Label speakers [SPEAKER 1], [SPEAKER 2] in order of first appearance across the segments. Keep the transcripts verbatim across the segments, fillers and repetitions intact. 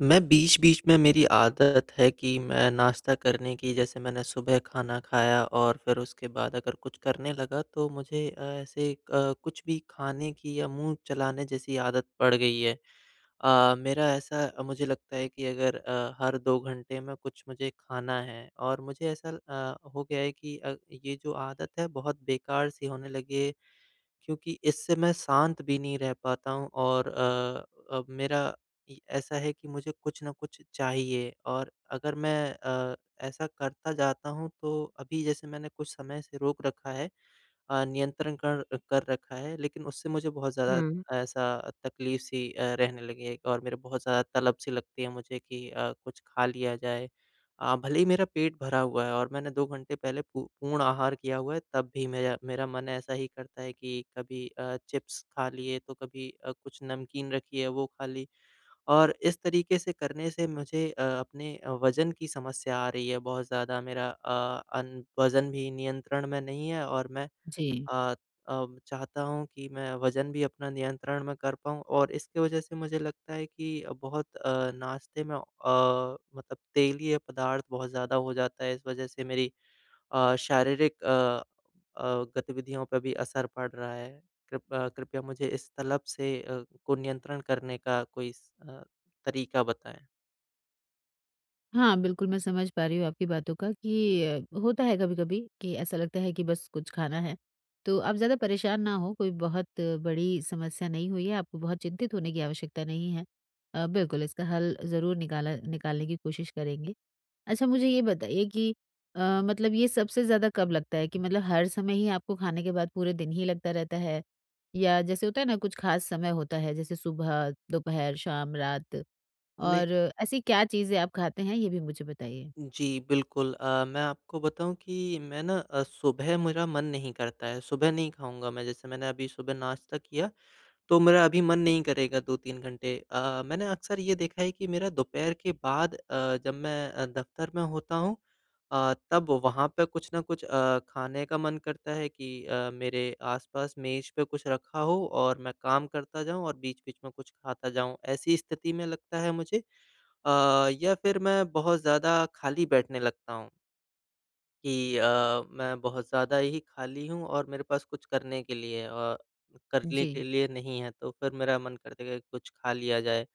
[SPEAKER 1] मैं बीच-बीच में मेरी आदत है कि मैं नाश्ता करने की जैसे मैंने सुबह खाना खाया और फिर उसके बाद अगर कुछ करने लगा तो मुझे अ, ऐसे अ, कुछ भी खाने की या मुँह चलाने जैसी आदत पड़ गई है। अ, मेरा ऐसा अ, मुझे लगता है कि अगर अ, हर दो घंटे में कुछ मुझे खाना है और मुझे ऐसा अ, हो गया है कि अ, ये जो आदत है बहुत बेकार सी होने लगी है क्योंकि इससे मैं शांत भी नहीं रह पाता हूँ और अ अ, मेरा इ ऐसा है कि मुझे कुछ न कुछ चाहिए और अगर मैं अ, ऐसा करता जाता हूँ तो अभी जैसे मैंने कुछ समय से रोक रखा है अ, नियंत्रण कर कर रखा है, लेकिन उससे मुझे बहुत ज़्यादा
[SPEAKER 2] हुँ,
[SPEAKER 1] ऐसा तकलीफ़-सी अ, रहने लगी है और मेरे बहुत ज़्यादा तलब-सी लगती है मुझे कि अ, कुछ खा लिया जाए। अ, भले ही मेरा पेट भरा हुआ है और मैंने दो घंटे पहले पू पूर्ण आहार किया हुआ है, तब भी मेरा मेरा मन ऐसा ही करता है कि कभी अ, चिप्स खा लिए, तो कभी अ, कुछ नमकीन रखी है, वो खा ली। और इस तरीके से करने से मुझे अ, अपने वज़न की समस्या आ रही है बहुत ज़्यादा। मेरा अ, अन वज़न भी नियंत्रण में नहीं है और मैं
[SPEAKER 2] जी।
[SPEAKER 1] अ, अब चाहता हूँ कि मैं वज़न भी अपना नियंत्रण में कर पाऊँ और इसकी वज़ह से मुझे लगता है कि बहुत अ, नाश्ते में अ, मतलब तेलीय पदार्थ बहुत ज़्यादा हो जाता है। इस वज़ह से मेरी अ, शारीरिक अ अ, गतिविधियों पे भी असर पड़ रहा है। कृप अ, कृपया मुझे इस तलब से अ, को नियंत्रण करने का कोई स अ, तरीका बताएँ।
[SPEAKER 2] हाँ, बिल्कुल मैं समझ पा रही हूँ आपकी बातों का कि अ, होता है कभी-कभी कि ऐसा लगता है कि बस कुछ खाना है। तो आप ज़्यादा परेशान ना हो, कोई बहुत अ, बड़ी समस्या नहीं हुई है, आपको बहुत चिंतित होने की आवश्यकता नहीं है। अ, बिल्कुल इसका हल ज़रूर निकाला निकालने की कोशिश करेंगे। अच्छा मुझे ये बताइए कि अ, मतलब ये सबसे ज़्यादा कब लगता है कि मतलब हर समय ही आपको खाने के बाद पूरे दिन ही लगता रहता है? या जैसे होता है ना कुछ ख़ास समय होता है, जैसे सुबह, दोपहर, शाम, रात? और ऐसी क्या चीज़ें आप खाते हैं ये भी मुझे बताइए?
[SPEAKER 1] जी, बिल्कुल। अ, मैं आपको बताऊँ कि मैं ना अ, सुबह मेरा मन नहीं करता है, सुबह नहीं खाऊँगा मैं। जैसे मैंने अभी सुबह नाश्ता किया, तो मेरा अभी मन नहीं करेगा दो तीन घंटे। अ, मैंने अक्सर ये देखा है कि मेरा दोपहर के बाद अ, जब मैं अ, दफ़्तर में होता हूँ अ, तब वहाँ पे कुछ न कुछ अ, खाने का मन करता है कि अ, मेरे आस-पास मेज़ पे कुछ रखा हो और मैं काम करता जाऊँ और बीच-बीच में कुछ खाता जाऊँ। ऐसी स्थिति में लगता है मुझे अ, या फिर मैं बहुत ज़्यादा खाली बैठने लगता हूँ कि अ, मैं बहुत ज़्यादा ही खाली हूँ और मेरे पास कुछ करने के लिए अ, करने
[SPEAKER 2] जी।
[SPEAKER 1] के लिए नहीं है तो फिर मेरा मन करता है कि कुछ खा लिया जाए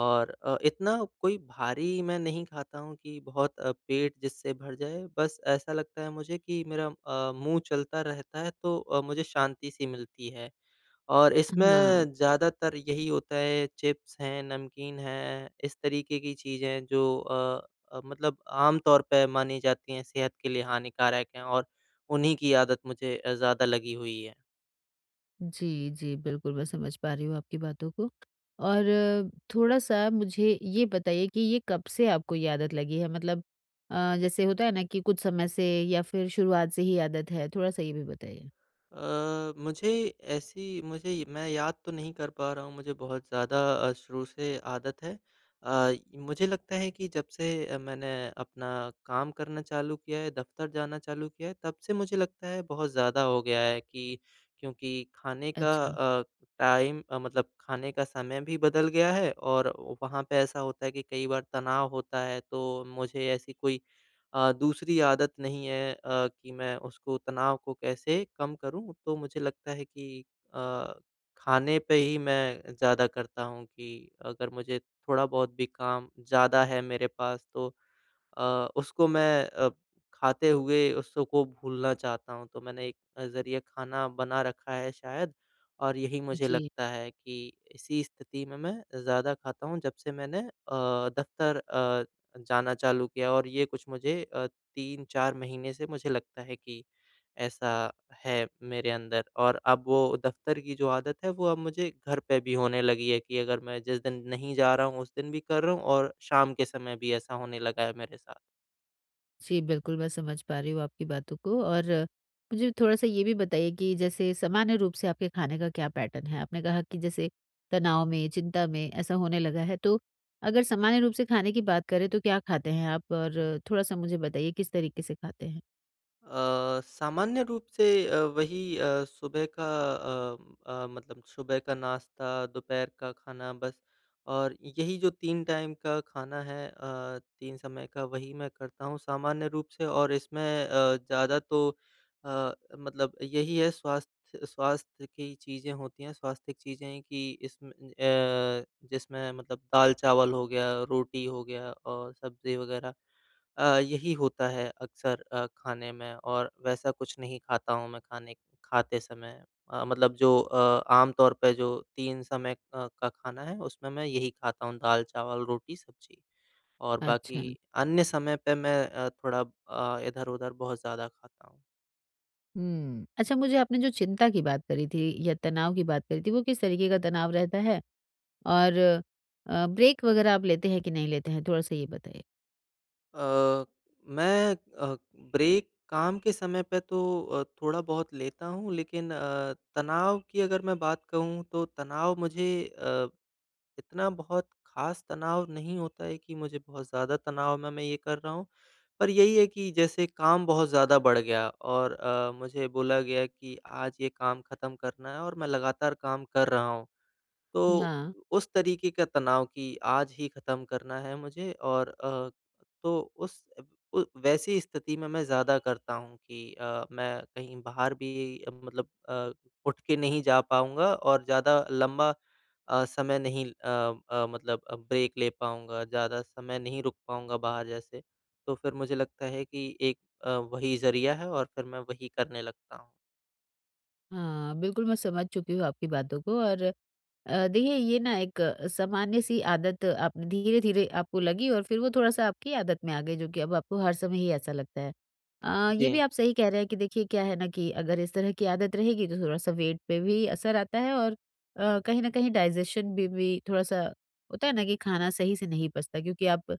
[SPEAKER 1] और अ, इतना कोई भारी मैं नहीं खाता हूँ कि बहुत अ, पेट जिससे भर जाए बस ऐसा लगता है मुझे कि मेरा अ, मुँह चलता रहता है तो अ, मुझे शांति सी मिलती है। और
[SPEAKER 2] हाँ।
[SPEAKER 1] इसमें ज़्यादातर यही होता है चिप्स हैं, नमकीन हैं, इस तरीके की चीज़ें हैं जो अ अ, मतलब आम तौर पे मानी जाती हैं सेहत के लिए हानिकारक हैं और उन्हीं की आदत मुझे अ, ज़्यादा लगी हुई है।
[SPEAKER 2] जी, जी, बिल्कुल मैं समझ पा रही हूँ आपकी बातों को और थोड़ा-सा मुझे ये बताइए कि ये कब से आपको ये आदत लगी है? मतलब अ, जैसे होता है ना कि कुछ समय से या फिर शुरुआत से ही आदत है? थोड़ा-सा ये भी बताइए।
[SPEAKER 1] अ, मुझे ऐसी मुझे ये मैं याद तो नहीं कर पा रहा हूँ, मुझे बहुत ज़्यादा अ, शुरू से आदत है। अ, मुझे लगता है कि जब से अ, मैंने अपना काम करना चालू किया है, दफ़्तर जाना चालू किया है, तब से मुझे लगता है बहुत ज़्यादा हो गया है कि क्योंकि खाने का
[SPEAKER 2] अच्छा,
[SPEAKER 1] अ, टाइम अ, मतलब खाने का समय भी बदल गया है और वहाँ पे ऐसा होता है कि कई बार तनाव होता है, तो मुझे ऐसी कोई अ, दूसरी आदत नहीं है अ, कि मैं उसको तनाव को कैसे कम करूँ, तो मुझे लगता है कि अ, खाने पे ही मैं ज़्यादा करता हूँ कि अगर मुझे थोड़ा-बहुत भी काम ज़्यादा है मेरे पास तो अ, उसको मैं अ, खाते हुए उसको भूलना चाहता हूँ, तो मैंने एक अ, ज़रिए खाना बना रखा है शायद और यही मुझे
[SPEAKER 2] जी।
[SPEAKER 1] लगता है कि इसी स्थिति में मैं ज़्यादा खाता हूँ, जब से मैंने अ, दफ़्तर अ, जाना चालू किया और ये कुछ मुझे अ, तीन चार महीने से मुझे लगता है कि ऐसा है मेरे अंदर और अब वो दफ़्तर की जो आदत है, वो अब मुझे घर पे भी होने लगी है कि अगर मैं जिस दिन नहीं जा रहा हूँ, उस दिन भी कर रहा हूँ और शाम के समय भी ऐसा होने लगा है मेरे साथ।
[SPEAKER 2] जी, बिल्कुल, मैं समझ पा रही हूँ आपकी बातों को और मुझे थोड़ा-सा ये भी बताइए कि जैसे सामान्य रूप से आपके खाने का क्या पैटर्न है? आपने कहा कि जैसे तनाव में, चिंता में ऐसा होने लगा है, तो अगर सामान्य रूप से खाने की बात करें तो क्या खाते हैं आप? और थोड़ा-सा मुझे बताइए किस तरीके से खाते हैं?
[SPEAKER 1] अ, सामान्य रूप से अ, वही अ, सुबह का अ अ, मतलब सुबह का नाश्ता, दोपहर का खाना बस और यही जो तीन टाइम का खाना है अ, तीन समय का वही मैं करता हूँ सामान्य रूप से और इसमें अ, ज़्यादा तो अ, मतलब यही है स्वास्थ्य स्वास्थ्य की चीज़ें होती हैं, स्वास्थ्य की चीज़ें हैं कि इसमें अ, जिसमें मतलब दाल-चावल हो गया, रोटी हो गया और सब्ज़ी वगैरह। अ, यही होता है अक्सर अ, खाने में और वैसा कुछ नहीं खाता हूँ मैं खाने खाते समय। अ, मतलब जो अ, आम तौर पे जो तीन समय अ, का खाना है उसमें मैं यही खाता हूँ दाल, चावल, रोटी, सब्ज़ी और बाकी
[SPEAKER 2] अच्छा।
[SPEAKER 1] अन्य समय पे मैं अ, थोड़ा अ, इधर-उधर बहुत ज़्यादा खाता हूँ।
[SPEAKER 2] हुँ। अच्छा, मुझे आपने जो चिंता की बात करी थी या तनाव की बात करी थी, वो किस तरीके का तनाव रहता है? और अ, ब्रेक वगैरह आप लेते हैं कि नहीं लेते हैं? थोड़ा-सा ये बताइए।
[SPEAKER 1] अ, मैं अ, ब्रेक काम के समय पे तो अ, थोड़ा-बहुत लेता हूँ लेकिन अ, तनाव की अगर मैं बात कहूँ तो तनाव मुझे अ, इतना बहुत ख़ास तनाव नहीं होता है कि मुझे बहुत ज़्यादा तनाव में मैं ये कर रहा हूँ। पर यही है कि जैसे काम बहुत ज़्यादा बढ़ गया और अ, मुझे बोला गया कि आज ये काम ख़त्म करना है और मैं लगातार काम कर रहा हूँ। तो
[SPEAKER 2] हाँ।
[SPEAKER 1] उस तरीके का तनाव कि आज ही ख़त्म करना है मुझे और अ, तो उस उ वैसी स्थिति में मैं ज़्यादा करता हूँ कि अ, मैं कहीं बाहर भी अ, मतलब अ, उठ के नहीं जा पाऊँगा और ज़्यादा लंबा अ, समय नहीं अ अ, मतलब अ, ब्रेक ले पाऊँगा, ज़्यादा समय नहीं रुक पाऊँगा बाहर जैसे। तो फिर मुझे लगता है कि एक अ, वही ज़रिया है और फिर मैं वही करने लगता हूँ।
[SPEAKER 2] हाँ, बिल्कुल मैं समझ चुकी हूँ आपकी बातों को और अ, देखिए ये ना एक अ, सामान्य सी आदत आपने धीरे-धीरे आपको लगी और फिर वो थोड़ा-सा आपकी आदत में आ गई जो कि अब आपको हर समय ही ऐसा लगता है। अ, ये भी
[SPEAKER 1] जी।
[SPEAKER 2] आप सही कह रहे हैं कि देखिए क्या है ना कि अगर इस तरह की आदत रहेगी तो थोड़ा-सा वेट पे भी असर आता है और अ, कहीं न कहीं डाइजेशन भी भी थोड़ा-सा होता है ना कि खाना सही से नहीं पचता क्योंकि आप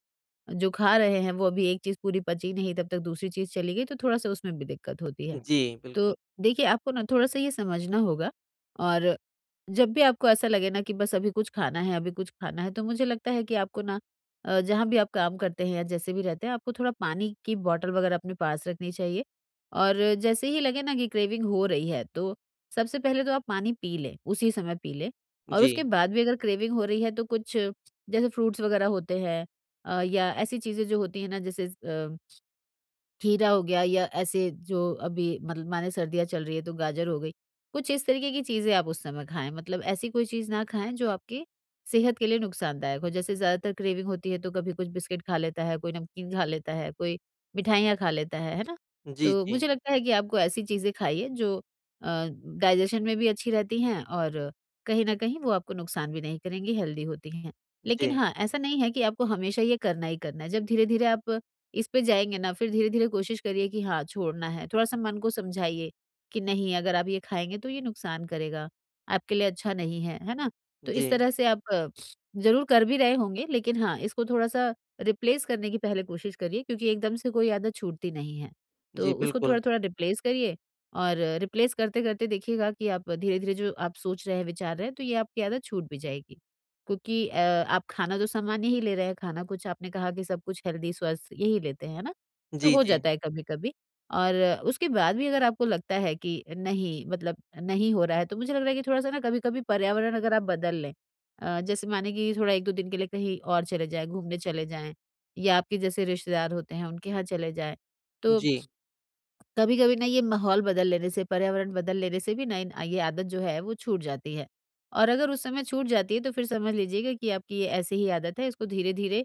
[SPEAKER 2] जो खा रहे हैं वो अभी एक चीज़ पूरी पची नहीं तब तक दूसरी चीज़ चली गई तो थोड़ा-सा उसमें भी दिक्कत होती है।
[SPEAKER 1] जी,
[SPEAKER 2] तो
[SPEAKER 1] बिल्कुल।
[SPEAKER 2] देखिए, आपको ना थोड़ा-सा ये समझना होगा और जब भी आपको ऐसा लगे ना कि बस अभी कुछ खाना है, अभी कुछ खाना है, तो मुझे लगता है कि आपको ना अ, जहाँ भी आप काम करते हैं या जैसे भी रहते हैं, आपको थोड़ा पानी की बॉटल वगैरह अपने पास रखनी चाहिए और जैसे ही लगे ना कि क्रेविंग हो रही है, तो सबसे पहले तो आप पानी पी लें, उसी समय पी लें और
[SPEAKER 1] जी।
[SPEAKER 2] उसके बाद भी अगर क्रेविंग हो रही है, तो कुछ जैसे फ्रूट्स वगैरह होते हैं अ, या ऐसी चीज़ें जो होती हैं ना जैसे अ खीरा हो गया या ऐसे जो अभी मतलब माने सर्दियाँ चल रही है तो गाजर हो गई। कुछ इस तरीके की चीज़ें आप उस समय खाएँ मतलब ऐसी कोई चीज़ ना खाएँ जो आपकी सेहत के लिए नुकसानदायक हो। जैसे ज़्यादातर क्रेविंग होती है तो कभी कुछ बिस्किट खा लेता है, कोई नमकीन खा लेता है, कोई मिठाइयाँ खा लेता है, है ना?
[SPEAKER 1] जी,
[SPEAKER 2] तो
[SPEAKER 1] जी।
[SPEAKER 2] मुझे लगता है कि आपको ऐसी चीज़ें खाइए जो अ, डाइजेशन में भी अच्छी रहती हैं और कहीं न कहीं वो आपको नुकसान भी नहीं करेंगी, हेल्दी होती हैं। लेकिन
[SPEAKER 1] जी,
[SPEAKER 2] हाँ, ऐसा नहीं है कि आपको हमेशा ये करना ही करना है। जब धीरे-धीरे आप इस पे जाएँगे ना, फिर धीरे-धीरे कोशिश करिए कि हाँ, छोड़ना है। थोड़ा-सा मन को समझाइए कि नहीं अगर आप ये खाएँगे तो ये नुकसान करेगा, आपके लिए अच्छा नहीं है, है ना? तो
[SPEAKER 1] जी।
[SPEAKER 2] इस तरह से आप ज़रूर कर भी रहे होंगे लेकिन हाँ, इसको थोड़ा-सा रिप्लेस करने की पहले कोशिश करिए क्योंकि एकदम से कोई आदत छूटती नहीं है। तो
[SPEAKER 1] जी,
[SPEAKER 2] उसको
[SPEAKER 1] बिल्कुल।
[SPEAKER 2] थोड़ा-थोड़ा रिप्लेस करिए और रिप्लेस करते-करते देखिएगा कि आप धीरे-धीरे जो आप सोच रहे हैं, विचार रहे हैं, तो ये आपकी आदत छूट भी जाएगी। क्योंकि अ, आप खाना तो सामान्य ही ले रहे हैं, खाना कुछ आपने कहा कि सब कुछ हेल्दी, स्वस्थ यही लेते हैं, है ना? तो
[SPEAKER 1] जी,
[SPEAKER 2] हो
[SPEAKER 1] जी।
[SPEAKER 2] जाता है कभी-कभी और अ, उसके बाद भी अगर आपको लगता है कि नहीं मतलब नहीं हो रहा है, तो मुझे लग रहा है कि थोड़ा-सा ना कभी-कभी पर्यावरण अगर आप बदल लें, अ, जैसे माने कि थोड़ा एक दो दिन के लिए कहीं और चले जाएँ, घूमने चले जाएँ या आपके जैसे रिश्तेदार होते हैं, उनके यहाँ चले जाएँ, तो
[SPEAKER 1] जी।
[SPEAKER 2] कभी-कभी ना ये माहौल बदल लेने से, पर्यावरण बदल लेने से भी ना इन ये आदत जो है वो छूट जाती है। और अगर उस समय छूट जाती है तो फिर समझ लीजिएगा कि आपकी ये ऐसी ही आदत है, इसको धीरे-धीरे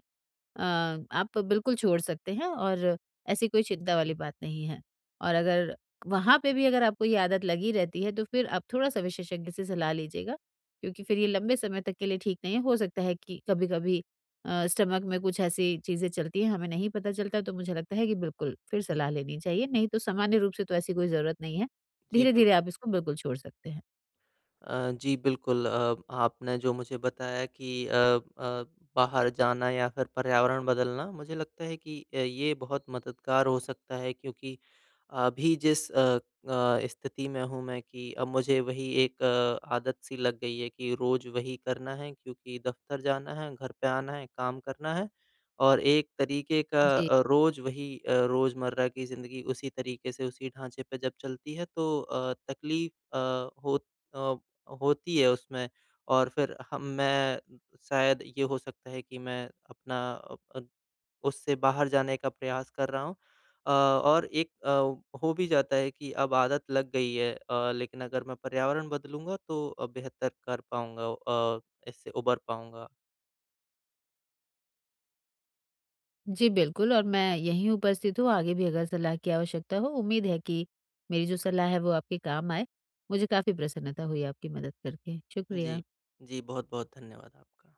[SPEAKER 2] अ, आप बिल्कुल छोड़ सकते हैं और ऐसी कोई चिंता वाली बात नहीं है। और अगर वहाँ पे भी अगर आपको ये आदत लगी रहती है तो फिर आप थोड़ा-सा विशेषज्ञ से सलाह लीजिएगा, क्योंकि फिर ये लंबे समय तक के लिए ठीक नहीं है। हो सकता है कि कभी-कभी अ, स्टमक में कुछ ऐसी चीज़ें चलती हैं, हमें नहीं पता चलता तो मुझे लगता है कि बिल्कुल फिर
[SPEAKER 1] हुँ,
[SPEAKER 2] सलाह लेनी चाहिए, नहीं तो सामान्य रूप से तो ऐसी कोई ज़रूरत नहीं है।
[SPEAKER 1] जी,
[SPEAKER 2] धीरे-धीरे
[SPEAKER 1] बिल्कुल।
[SPEAKER 2] आप इसको बिल्कुल छोड़ सकते हैं।
[SPEAKER 1] अ, जी, बिल्कुल अ, आपने जो मुझे बताया कि अ अ, बाहर जाना या फिर पर्यावरण बदलना, मुझे लगता है कि अ, ये बहुत मददगार हो सकता है क्योंकि अभी जिस अ अ, स्थिति में हूँ मैं कि अब मुझे वही एक अ, आदत सी लग गई है कि रोज़ वही करना है क्योंकि दफ़्तर जाना है, घर पे आना है, काम करना है और एक तरीके का
[SPEAKER 2] जी।
[SPEAKER 1] अ, रोज़ वही अ, रोज़मर्रा की ज़िंदगी उसी तरीके से, उसी ढाँचे पे जब चलती है तो अ, तकलीफ़ अ, हो अ होती है उसमें और फिर हम मैं शायद ये हो सकता है कि मैं अपना अ अ, उससे बाहर जाने का प्रयास कर रहा हूँ। अ, और एक अ, हो भी जाता है कि अब आदत लग गई है अ, लेकिन अगर मैं पर्यावरण बदलूँगा तो अ, बेहतर कर पाऊँगा अ, इससे उबर पाऊँगा।
[SPEAKER 2] जी, बिल्कुल और मैं यहीं उपस्थित हूँ, आगे भी अगर सलाह की आवश्यकता हो, उम्मीद है कि मेरी जो सलाह है वो आपके काम आए। मुझे काफ़ी प्रसन्नता हुई आपकी मदद करके,
[SPEAKER 1] जी।
[SPEAKER 2] शुक्रिया।
[SPEAKER 1] जी, बहुत-बहुत धन्यवाद आपका।